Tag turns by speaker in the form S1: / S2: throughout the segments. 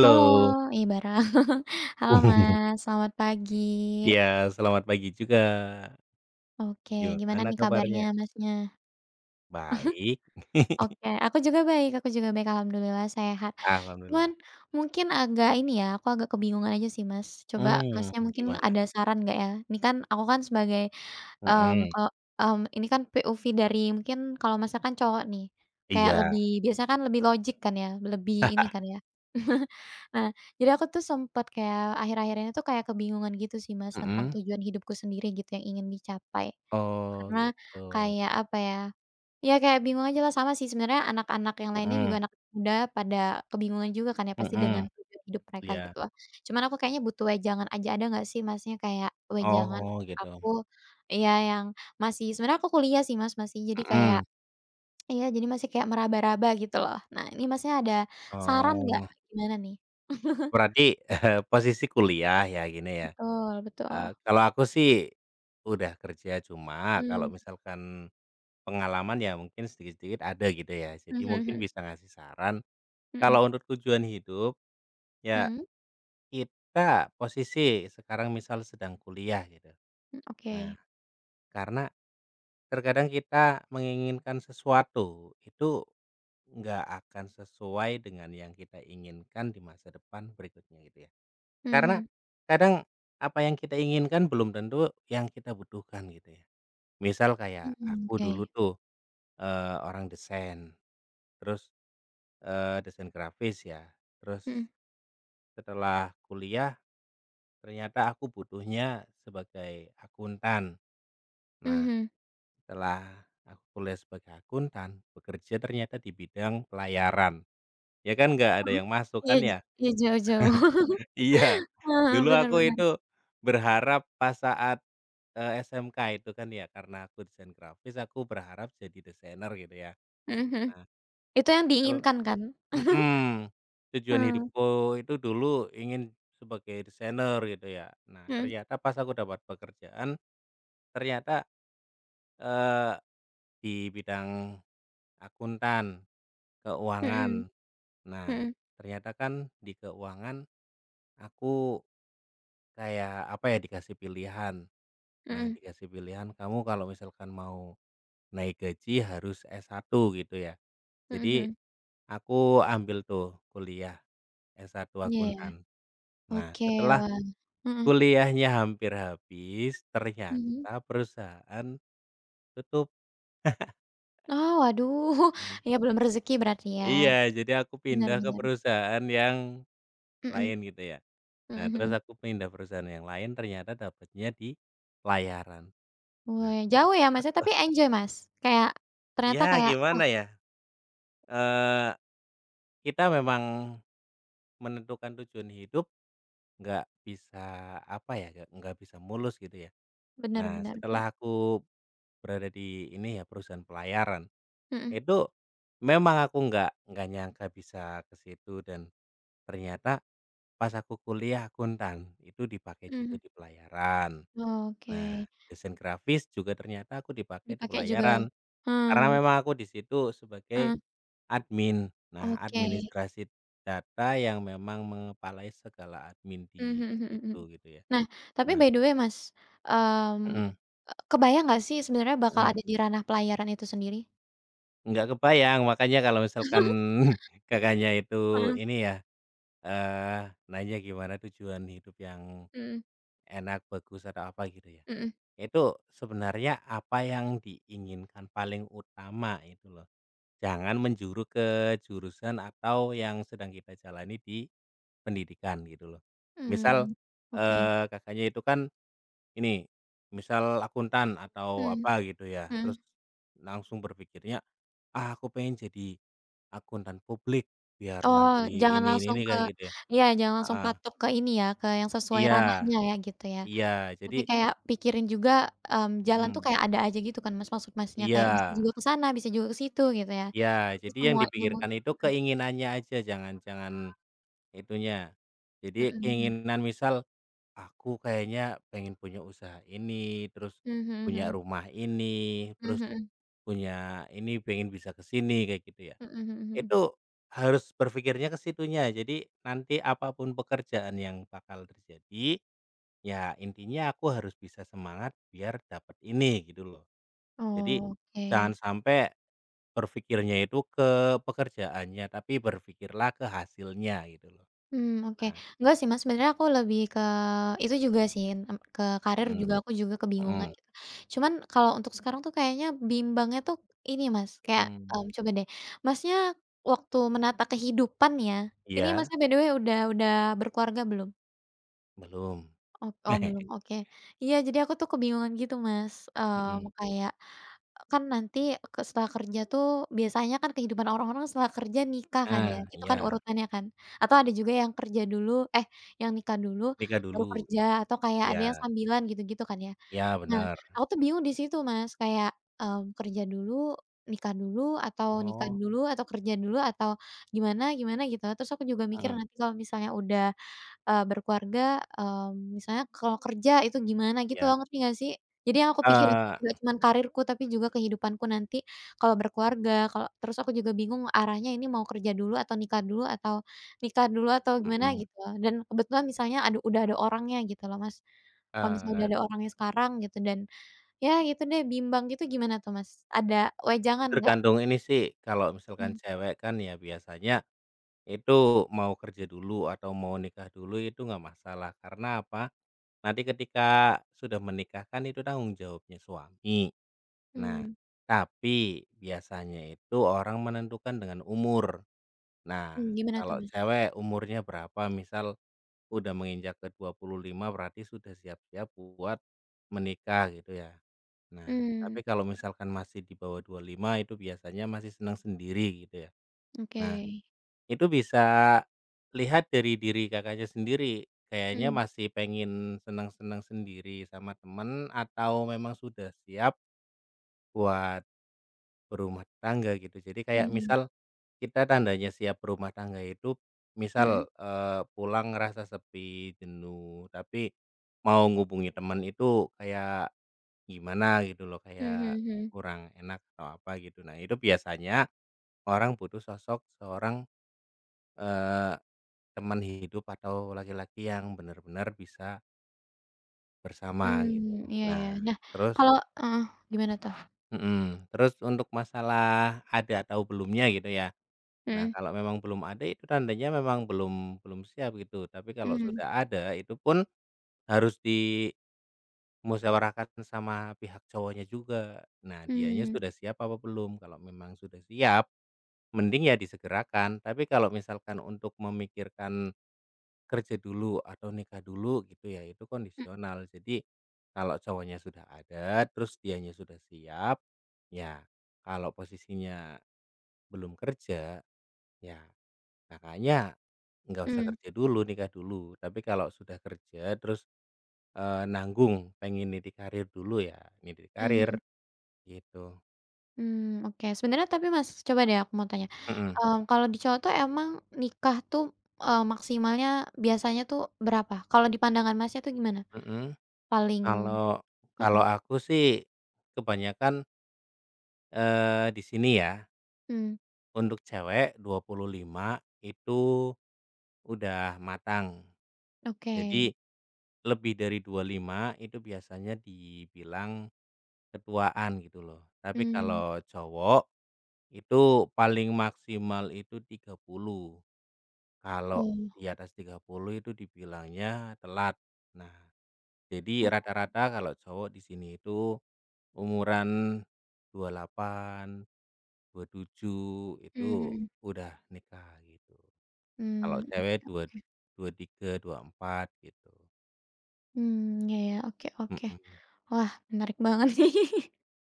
S1: Halo, iya bareng. Halo, Mas, selamat pagi.
S2: Ya, selamat pagi juga.
S1: Oke, gimana
S2: Gimana
S1: nih kabarnya
S2: kabarnya?
S1: Masnya?
S2: Baik.
S1: Oke, aku juga baik, alhamdulillah sehat. Cuman
S2: Alhamdulillah.
S1: mungkin agak ini ya, aku agak kebingungan aja sih, Mas. Coba Masnya mungkin
S2: Gimana?
S1: ada saran nggak ya? Ini kan aku kan sebagai
S2: Mhm,
S1: kalau, ini kan POV dari mungkin kalau masakan cowok nih, kayak
S2: iya.
S1: lebih biasanya kan lebih logik kan ya, lebih ini kan ya. Nah, jadi aku tuh sempet kayak akhir-akhir ini tuh kayak kebingungan gitu sih, Mas, tentang
S2: Mhm.
S1: tujuan hidupku sendiri gitu yang ingin dicapai.
S2: Oh,
S1: Karena
S2: gitu.
S1: kayak apa ya. Ya kayak bingung aja lah, sama sih sebenarnya anak-anak yang lainnya juga,
S2: Mhm
S1: anak muda pada kebingungan juga kan ya pasti dengan
S2: mhm,
S1: tujuan hidup mereka
S2: iya.
S1: gitu lah. Cuman aku kayaknya butuh wejangan aja, ada nggak sih Masnya kayak wejangan
S2: Oh, gitu.
S1: aku, ya yang masih sebenarnya aku kuliah sih, Mas, masih jadi kayak
S2: Mhm.
S1: iya jadi masih kayak meraba-raba gitu loh. Nah ini Masnya ada saran nggak,
S2: Oh,
S1: gimana nih?
S2: berarti posisi kuliah ya, gini ya,
S1: Betul betul.
S2: kalau aku sih udah kerja, cuma kalau
S1: Mmm,
S2: misalkan pengalaman ya mungkin sedikit-sedikit ada gitu ya. Jadi
S1: mhm
S2: mungkin
S1: mhm,
S2: bisa ngasih saran.
S1: mhm,
S2: Kalau untuk tujuan hidup, ya
S1: mhm,
S2: kita posisi sekarang misal sedang kuliah gitu.
S1: mmm,
S2: Nah,
S1: oke.
S2: karena terkadang kita menginginkan sesuatu, itu nggak akan sesuai dengan yang kita inginkan di masa depan berikutnya gitu ya. Karena
S1: Mhm,
S2: kadang apa yang kita inginkan belum tentu yang kita butuhkan gitu ya. Misal kayak
S1: mmm,
S2: aku
S1: oke.
S2: dulu tuh, orang desain, terus, desain grafis ya, terus
S1: Mhm,
S2: setelah kuliah, ternyata aku butuhnya sebagai akuntan. Nah,
S1: mhm.
S2: setelah aku kuliah sebagai akuntan, bekerja ternyata di bidang pelayaran. Ya kan nggak ada
S1: Mhm.
S2: yang masuk
S1: Iya
S2: kan
S1: j
S2: ya?
S1: iya jauh-jauh.
S2: Iya,
S1: Heeh,
S2: dulu
S1: bener
S2: aku
S1: bener.
S2: itu berharap pas saat, SMK itu kan ya, karena aku desain grafis, aku berharap jadi desainer gitu ya.
S1: Mhm mhm.
S2: Nah,
S1: Itu yang
S2: tel
S1: diinginkan kan?
S2: mhm, tujuan
S1: Heeh.
S2: hidupku itu dulu ingin sebagai desainer gitu ya. Nah,
S1: Mhm.
S2: ternyata pas aku dapat pekerjaan, ternyata, eh, di bidang akuntan, keuangan.
S1: Mhm.
S2: Nah,
S1: Mhm.
S2: ternyata kan di keuangan aku kayak, apa ya, dikasih pilihan. Nah,
S1: Mhm.
S2: dikasih pilihan, "Kamu kalau misalkan mau naik gaji harus S1," gitu ya.
S1: Mhm
S2: Jadi
S1: mhm.
S2: aku ambil tuh kuliah S1
S1: Iya ya.
S2: akuntan. Nah,
S1: Oke,
S2: setelah
S1: wah. Heeh.
S2: kuliahnya hampir habis,
S1: Mhm.
S2: ternyata perusahaan tutup.
S1: Oh, waduh. Ya belum rezeki berarti
S2: Iya,
S1: ya.
S2: jadi aku
S1: Bener
S2: pindah ke
S1: bener.
S2: perusahaan yang
S1: Mhm.
S2: lain gitu ya.
S1: Mhm
S2: Nah, terus
S1: mhm.
S2: aku pindah perusahaan yang lain ternyata dapatnya di pelayaran.
S1: Wah,
S2: Nah,
S1: ya jauh ya, Masnya,
S2: betul.
S1: tapi enjoy, Mas? Kayak ternyata
S2: Ya
S1: kayak oh,
S2: gimana ya, eee, kita memang menentukan tujuan hidup nggak bisa, apa ya, nggak bisa mulus gitu ya.
S1: bener
S2: Nah,
S1: bener bener.
S2: setelah aku berada di ini ya, perusahaan pelayaran,
S1: Mhm.
S2: itu memang aku nggak nyangka bisa ke situ dan ternyata pas aku kuliah akuntan, itu dipakai juga
S1: Mhm.
S2: di pelayaran.
S1: Oke.
S2: Nah, desain grafis juga ternyata aku dipakai di
S1: Dipakai juga.
S2: pelayaran, karena
S1: Heeh.
S2: memang aku di situ sebagai
S1: Heeh.
S2: admin. Nah,
S1: Oke.
S2: administrasi data yang memang mengepalai segala admin
S1: Mmm, mhm
S2: di
S1: mhm mhm.
S2: situ gitu ya.
S1: Nah, tapi
S2: Nah,
S1: by the way, Mas, mmm,
S2: mhm
S1: kebayang nggak sih sebenarnya bakal
S2: mhm,
S1: ada di ranah pelayaran itu sendiri?
S2: nggak kebayang makanya kalau misalkan Kakaknya itu
S1: Heeh,
S2: ini ya, eee, nanya gimana tujuan hidup yang
S1: mhm,
S2: enak, bagus, atau apa gitu ya.
S1: mhm,
S2: Itu sebenarnya apa yang diinginkan paling utama itu loh. Jangan menjuru ke jurusan atau yang sedang kita jalani di pendidikan gitu loh. Misal,
S1: mmm, oke,
S2: Kakaknya itu kan ini, misal akuntan atau
S1: mhm
S2: apa gitu ya, terus
S1: mhm.
S2: langsung berpikirnya, "Ah, aku pengen jadi akuntan publik biar
S1: Oh,
S2: nanti
S1: jangan langsung
S2: ini,"
S1: ke
S2: kayak gitu ya.
S1: iya, jangan langsung
S2: Heeh,
S1: patok ke ini ya, ke yang sesuai
S2: iya,
S1: ranahnya ya, gitu ya.
S2: iya, jadi,
S1: Tapi kayak pikirin juga, jalan tuh
S2: mhm,
S1: kayak ada aja gitu kan, Mas, maksud Masnya
S2: iya,
S1: kayak bisa juga ke sana, bisa juga ke situ gitu ya.
S2: iya,
S1: Jadi
S2: jadi yang
S1: semua ilmu
S2: dipikirkan itu
S1: mhm,
S2: keinginannya aja, jangan jangan itunya. Jadi
S1: mhm mhm.
S2: keinginan misal, aku kayaknya pengen punya usaha ini, terus
S1: Mmm, mhm
S2: punya
S1: mhm.
S2: rumah ini,
S1: Mmm,
S2: terus
S1: mhm
S2: punya ini, pengen bisa ke sini kayak gitu ya.
S1: mhm mhm. Mhm.
S2: Itu harus berpikirnya ke situnya. Jadi nanti apapun pekerjaan yang bakal terjadi, ya intinya aku harus bisa semangat biar dapat ini gitu loh. Jadi jangan
S1: Oke,
S2: sampai berpikirnya itu ke pekerjaannya, tapi berpikirlah ke hasilnya gitu loh.
S1: hmm, oke.
S2: Nah,
S1: Enggak sih, Mas, sebenarnya aku lebih ke itu juga sih, ke karir
S2: mhm,
S1: juga aku juga kebingungan
S2: mhm,
S1: gitu. Cuman kalau untuk sekarang tuh kayaknya bimbangnya tuh ini, Mas, kayak,
S2: mhm.
S1: coba deh, Masnya waktu menata kehidupan ya, ini
S2: Iya,
S1: Masnya by the way udah berkeluarga belum?
S2: belum.
S1: Oh oh belum, oke. Iya, jadi aku tuh kebingungan gitu, Mas,
S2: Mhm.
S1: kayak kan nanti ke setelah kerja tuh biasanya kan kehidupan orang-orang setelah kerja nikah kan ya,
S2: Nah,
S1: itu kan
S2: iya.
S1: urutannya kan? Atau ada juga yang kerja dulu eh, yang nikah dulu
S2: Nikah
S1: baru
S2: dulu?
S1: kerja, atau kayak ada yang
S2: Iya.
S1: sambilan gitu-gitu kan ya.
S2: Iya,
S1: Nah,
S2: bener.
S1: aku tuh bingung di situ, Mas, kayak, kerja dulu, nikah dulu, nikah
S2: Oh.
S1: dulu, atau kerja dulu, atau gimana gimana gitu. Terus aku juga mikir
S2: Mhm,
S1: nanti kalau misalnya udah berkeluarga, misalnya kalau kerja itu gimana gitu loh,
S2: iya.
S1: ngerti nggak sih? Jadi yang aku pikirin tuh
S2: Eee,
S1: nggak cuman karirku tapi juga kehidupanku nanti kalau berkeluarga, kalau terus aku juga bingung arahnya ini mau kerja dulu atau nikah dulu atau nikah dulu atau gimana
S2: mhm,
S1: gitu loh. Dan kebetulan misalnya udah ada orangnya gitu loh, Mas. Kalau misalnya udah
S2: eee,
S1: ada orangnya sekarang gitu dan ya gitu deh, bimbang gitu, gimana tuh, Mas? Ada wejangan nggak?
S2: tergantung ini sih, kalau misalkan
S1: Mmm,
S2: cewek kan ya biasanya itu mau kerja dulu atau mau nikah dulu itu nggak masalah, karena apa, nanti ketika sudah menikah kan itu tanggung jawabnya suami. Nah,
S1: mmm,
S2: tapi biasanya itu orang menentukan dengan umur. Nah,
S1: mhm, gimana tuh,
S2: kalau
S1: Mas?
S2: cewek umurnya berapa, misal, udah menginjak ke 25 berarti sudah siap-siap buat menikah gitu ya. Nah,
S1: Mmm,
S2: tapi kalau misalkan masih di bawah 25 itu biasanya masih senang sendiri gitu ya.
S1: oke.
S2: Nah, itu bisa lihat dari diri Kakaknya sendiri, kayaknya
S1: Mmm,
S2: masih pengen senang-senang sendiri sama temen atau memang sudah siap buat berumah tangga gitu. Jadi
S1: mhm,
S2: kayak
S1: mhm,
S2: misal kita tandanya siap berumah tangga itu
S1: mhm
S2: misal, pulang ngerasa sepi, jenuh, tapi mau ngubungi teman itu kayak gimana gitu loh,
S1: mhm
S2: kayak
S1: mhm.
S2: kurang enak atau apa gitu. Nah, itu biasanya orang butuh sosok seorang, eee, teman hidup atau laki-laki yang benar-benar bisa bersama gitu.
S1: Mmm, iya ya.
S2: Nah,
S1: Nah,
S2: terus,
S1: kalau heeh, gimana tuh?
S2: mhm, terus untuk masalah ada atau belumnya gitu ya. Nah,
S1: Mhm,
S2: kalau memang belum ada itu tandanya memang belum belum siap gitu, tapi kalau
S1: mmm,
S2: sudah ada itu pun harus dimusyawarahkan sama pihak cowoknya juga. Nah, dianya
S1: mmm,
S2: sudah siap apa belum? Kalau memang sudah siap, mending ya disegerakan, tapi kalau misalkan untuk memikirkan kerja dulu atau nikah dulu gitu ya, itu kondisional. Jadi, kalau cowoknya sudah ada, terus dianya sudah siap, ya kalau posisinya belum kerja, ya Kakaknya, nggak usah
S1: mhm,
S2: kerja dulu, nikah dulu. Tapi kalau sudah kerja terus, nanggung pengen niti karir dulu ya, niti karir,
S1: mhm,
S2: gitu.
S1: mmm, oke. Sebenarnya tapi Mas, coba deh aku mau tanya,
S2: Mhm
S1: kalau di cowok tuh emang nikah tuh, maksimalnya biasanya tuh berapa? Kalau di pandangan Masnya tuh gimana?
S2: mhm.
S1: Paling
S2: Kalau
S1: heeh,
S2: kalau aku sih kebanyakan, di sini ya,
S1: mmm,
S2: untuk cewek 25 itu udah matang.
S1: oke,
S2: Jadi lebih dari 25 itu biasanya dibilang ketuaan gitu loh. Tapi
S1: mmm,
S2: kalau cowok, itu paling maksimal itu 30, kalau
S1: oh,
S2: di atas 30 itu dibilangnya telat. Nah, jadi rata-rata kalau cowok di sini itu umuran dua dua puluh delapan 27 itu
S1: mmm, mhm,
S2: udah nikah gitu. Kalau
S1: mmm,
S2: cewek
S1: oke oke,
S2: 23, 24 gitu,
S1: mmm, iya ya, oke oke.
S2: mhm.
S1: Wah, menarik banget nih.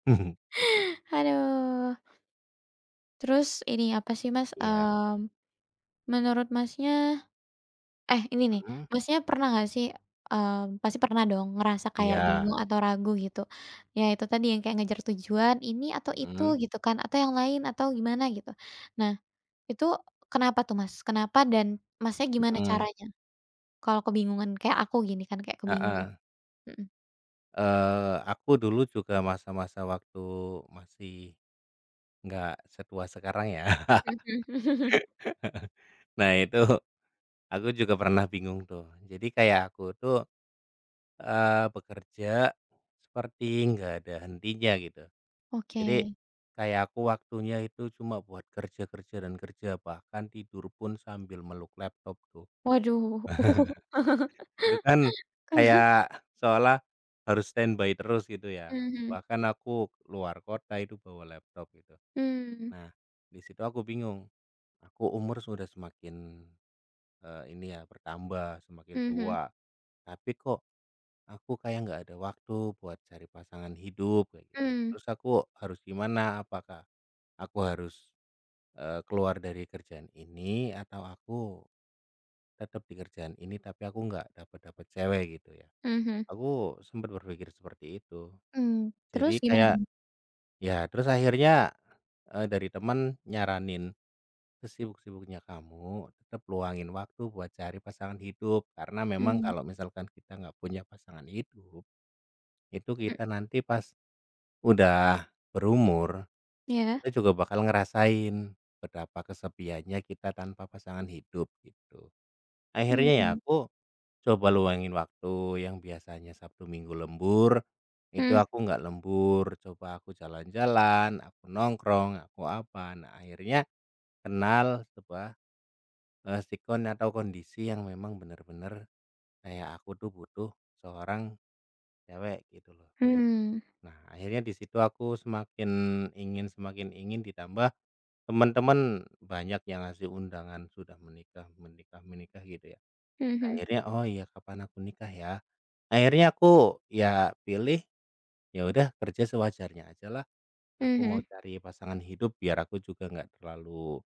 S1: Aduh. Terus ini apa sih, Mas,
S2: Iya,
S1: menurut Masnya ini nih,
S2: mhm,
S1: Masnya pernah nggak sih, pasti pernah dong ngerasa kayak
S2: iya,
S1: bingung atau ragu gitu, ya itu tadi yang kayak ngejar tujuan ini atau itu
S2: mhm
S1: gitu kan, atau yang lain atau gimana gitu. Nah, itu kenapa tuh, Mas? Kenapa dan Masnya gimana
S2: mhm,
S1: caranya kalau kebingungan kayak aku gini kan, kayak kebingungan?
S2: heeh.
S1: Mhm.
S2: Aku dulu juga masa-masa waktu masih nggak setua sekarang ya.
S1: Mhm.
S2: Nah itu aku juga pernah bingung tuh. Jadi kayak aku tuh, bekerja seperti nggak ada hentinya gitu. Jadi
S1: Oke.
S2: kayak aku waktunya itu cuma buat kerja, kerja, dan kerja, bahkan tidur pun sambil meluk laptop tuh.
S1: Waduh.
S2: Itu kan kayak seolah harus standby terus gitu ya.
S1: Mhm.
S2: Bahkan aku luar kota itu bawa laptop gitu.
S1: Mmm, mhm.
S2: Nah di situ aku bingung, aku umur sudah semakin, ini ya, bertambah, semakin
S1: Mhm.
S2: tua, tapi kok aku kayak nggak ada waktu buat cari pasangan hidup kayak gitu.
S1: Mhm.
S2: Terus aku harus gimana? Apakah aku harus, keluar dari kerjaan ini atau aku tetap di kerjaan ini tapi aku nggak dapat dapat cewek gitu ya?
S1: Mmm, mhm.
S2: Aku sempat berpikir seperti itu.
S1: Mmm, terus
S2: Jadi
S1: gimana
S2: kayak
S1: tuh?
S2: ya terus akhirnya, dari teman nyaranin, "Sesibuk-sibuknya kamu, tetap luangin waktu buat cari pasangan hidup, karena memang
S1: Mmm,
S2: kalau misalkan kita nggak punya pasangan hidup, itu
S1: mhm,
S2: kita nanti pas udah berumur,
S1: iya,
S2: kita juga bakal ngerasain betapa kesepiannya kita tanpa pasangan hidup," gitu. Akhirnya ya
S1: mmm,
S2: aku coba luangin waktu yang biasanya Sabtu Minggu lembur, itu
S1: mhm.
S2: aku nggak lembur, coba aku jalan-jalan, aku nongkrong, aku apa. Nah, akhirnya kenal sebuah sikon atau kondisi yang memang benar-benar kayak aku tuh butuh seorang cewek gitu loh.
S1: Mhm,
S2: Nah akhirnya di situ aku semakin ingin ditambah teman-teman banyak yang ngasih undangan sudah menikah menikah menikah gitu ya.
S1: mmm, mhm
S2: Akhirnya, "Oh iya kapan aku nikah ya?" Akhirnya aku ya pilih, ya udah kerja sewajarnya aja lah. Aku
S1: mhm,
S2: mau cari pasangan hidup biar aku juga nggak terlalu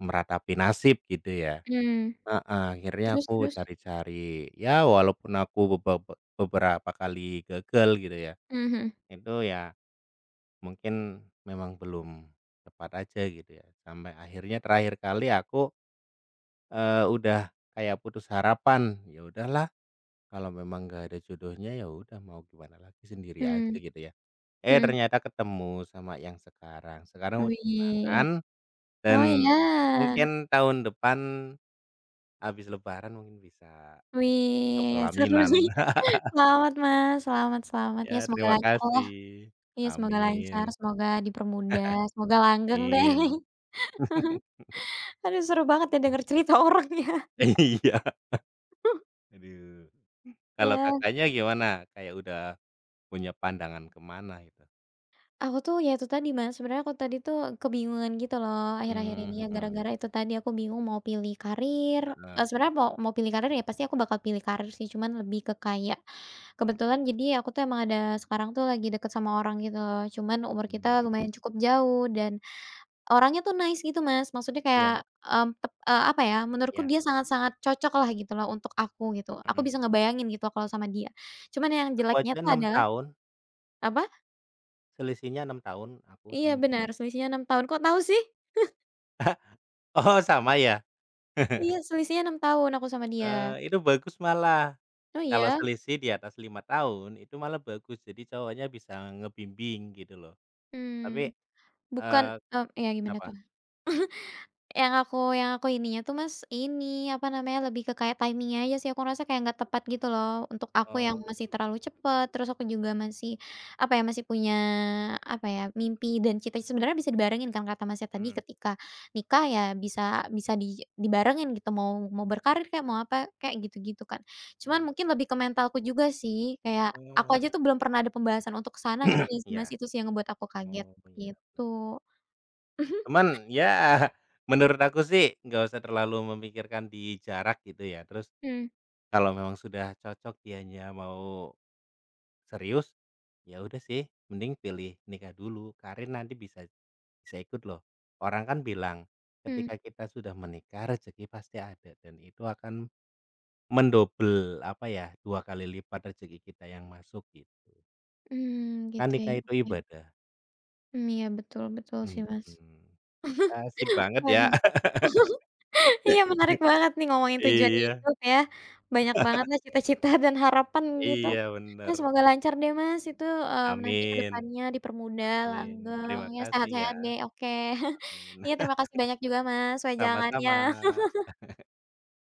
S2: meratapi nasib gitu ya.
S1: mmm.
S2: Heeh, akhirnya
S1: Terus
S2: aku
S1: terus?
S2: cari-cari, ya walaupun aku beberapa kali gagal gitu ya,
S1: Mhm,
S2: itu ya mungkin memang belum tepat aja gitu ya. Sampai akhirnya terakhir kali aku, udah kayak putus harapan, ya udahlah kalau memang gak ada jodohnya ya udah mau gimana lagi sendiri aja
S1: mmm,
S2: gitu ya. Eh,
S1: mhm.
S2: ternyata ketemu sama yang sekarang, sekarang udah
S1: Wih,
S2: tunangan dan
S1: oh iya,
S2: mungkin tahun depan habis lebaran mungkin bisa ke
S1: wih, seru sih.
S2: pelaminan.
S1: Selamat, Mas, selamat selamat. Ya
S2: Ya
S1: semoga
S2: terima
S1: lancarlah,
S2: kasih.
S1: iya semoga lancar,
S2: Amin
S1: semoga dipermudah, semoga langgeng deh.
S2: amin.
S1: Aduh, seru banget ya denger cerita orang ya.
S2: Iya. Aduh. Kalau
S1: Iya.
S2: Kakaknya gimana? Kayak udah punya pandangan ke mana gitu?
S1: Aku tuh ya itu tadi, Mas, sebenarnya aku tadi tuh kebingungan gitu loh akhir-akhir ini,
S2: Mmm,
S1: ya
S2: mhm,
S1: gara-gara itu tadi aku bingung mau pilih karir,
S2: heeh,
S1: sebenarnya mau mau pilih karir ya pasti aku bakal pilih karir sih, cuman lebih ke kayak kebetulan, jadi aku tuh emang ada sekarang tuh lagi deket sama orang gitu loh, cuman umur kita
S2: mhm mhm.
S1: lumayan cukup jauh dan orangnya tuh nice gitu, Mas, maksudnya kayak,
S2: Iya,
S1: apa ya, menurutku
S2: iya,
S1: dia sangat-sangat cocok lah gitu loh untuk aku gitu, aku
S2: mhm.
S1: bisa ngebayangin gitu loh kalau sama dia. Cuman yang
S2: Aku aja
S1: jeleknya tuh
S2: 6
S1: adalah
S2: tahun,
S1: apa?
S2: selisihnya 6 tahun aku
S1: Iya
S2: sama dia.
S1: benar. Selisihnya 6 tahun, kok tahu sih?
S2: Oh sama ya?
S1: Iya, selisihnya 6 tahun aku sama dia.
S2: Itu bagus malah.
S1: Oh
S2: Kalau
S1: iya?
S2: selisih di atas 5 tahun itu malah bagus, jadi cowoknya bisa ngebimbing gitu loh.
S1: Mmm,
S2: Tapi
S1: bukan,
S2: eee,
S1: iya gimana
S2: kenapa?
S1: tuh? Yang aku ininya tuh, Mas, ini, apa namanya, lebih ke kayak timing-nya aja sih, aku ngerasa kayak nggak tepat gitu loh, untuk aku yang
S2: Oh,
S1: masih terlalu cepet, terus aku juga masih, apa ya, masih punya, apa ya, mimpi dan cita sebenarnya bisa dibarengin kan kata Masnya tadi,
S2: mhm.
S1: ketika nikah ya bisa bisa dibarengin gitu, mau mau berkarir kayak mau apa kayak gitu-gitu kan. Cuman
S2: Iya,
S1: mungkin lebih ke mentalku juga sih, kayak aku
S2: oh,
S1: aja tuh belum pernah ada pembahasan untuk ke sana, ngerti nggak sih, Mas,
S2: iya,
S1: itu sih yang ngebuat aku kaget,
S2: oh, iya, bener.
S1: gitu.
S2: Cuman ya menurut aku sih nggak usah terlalu memikirkan di jarak gitu ya, terus
S1: Mhm. Mmm,
S2: kalau memang sudah cocok dianya mau serius, ya udah sih mending pilih nikah dulu, karir nanti bisa bisa ikut loh. Orang kan bilang
S1: mhm.
S2: ketika kita sudah menikah rezeki pasti ada dan itu akan mendobel apa ya, 2 kali lipat rezeki kita yang masuk gitu.
S1: Mmm,
S2: Kan
S1: gitu
S2: nikah
S1: ya,
S2: itu
S1: oke.
S2: ibadah.
S1: Mmm, iya betul betul sih,
S2: Mhm.
S1: Mas.
S2: Asik banget ya.
S1: Waduh. Iya, menarik banget nih ngomongin tujuan
S2: Iya,
S1: hidup ya, banyak banget lah cita-cita dan harapan gitu.
S2: iya,
S1: Ya
S2: bener.
S1: semoga lancar deh, Mas, itu, nanti ke
S2: Amin
S1: depannya dipermudah,
S2: amin.
S1: langgeng,
S2: Terima
S1: ya
S2: kasih ya,
S1: sehat-sehat deh, oke.
S2: amin.
S1: Iya, terima kasih banyak juga, Mas,
S2: Sama-sama.
S1: wejangannya.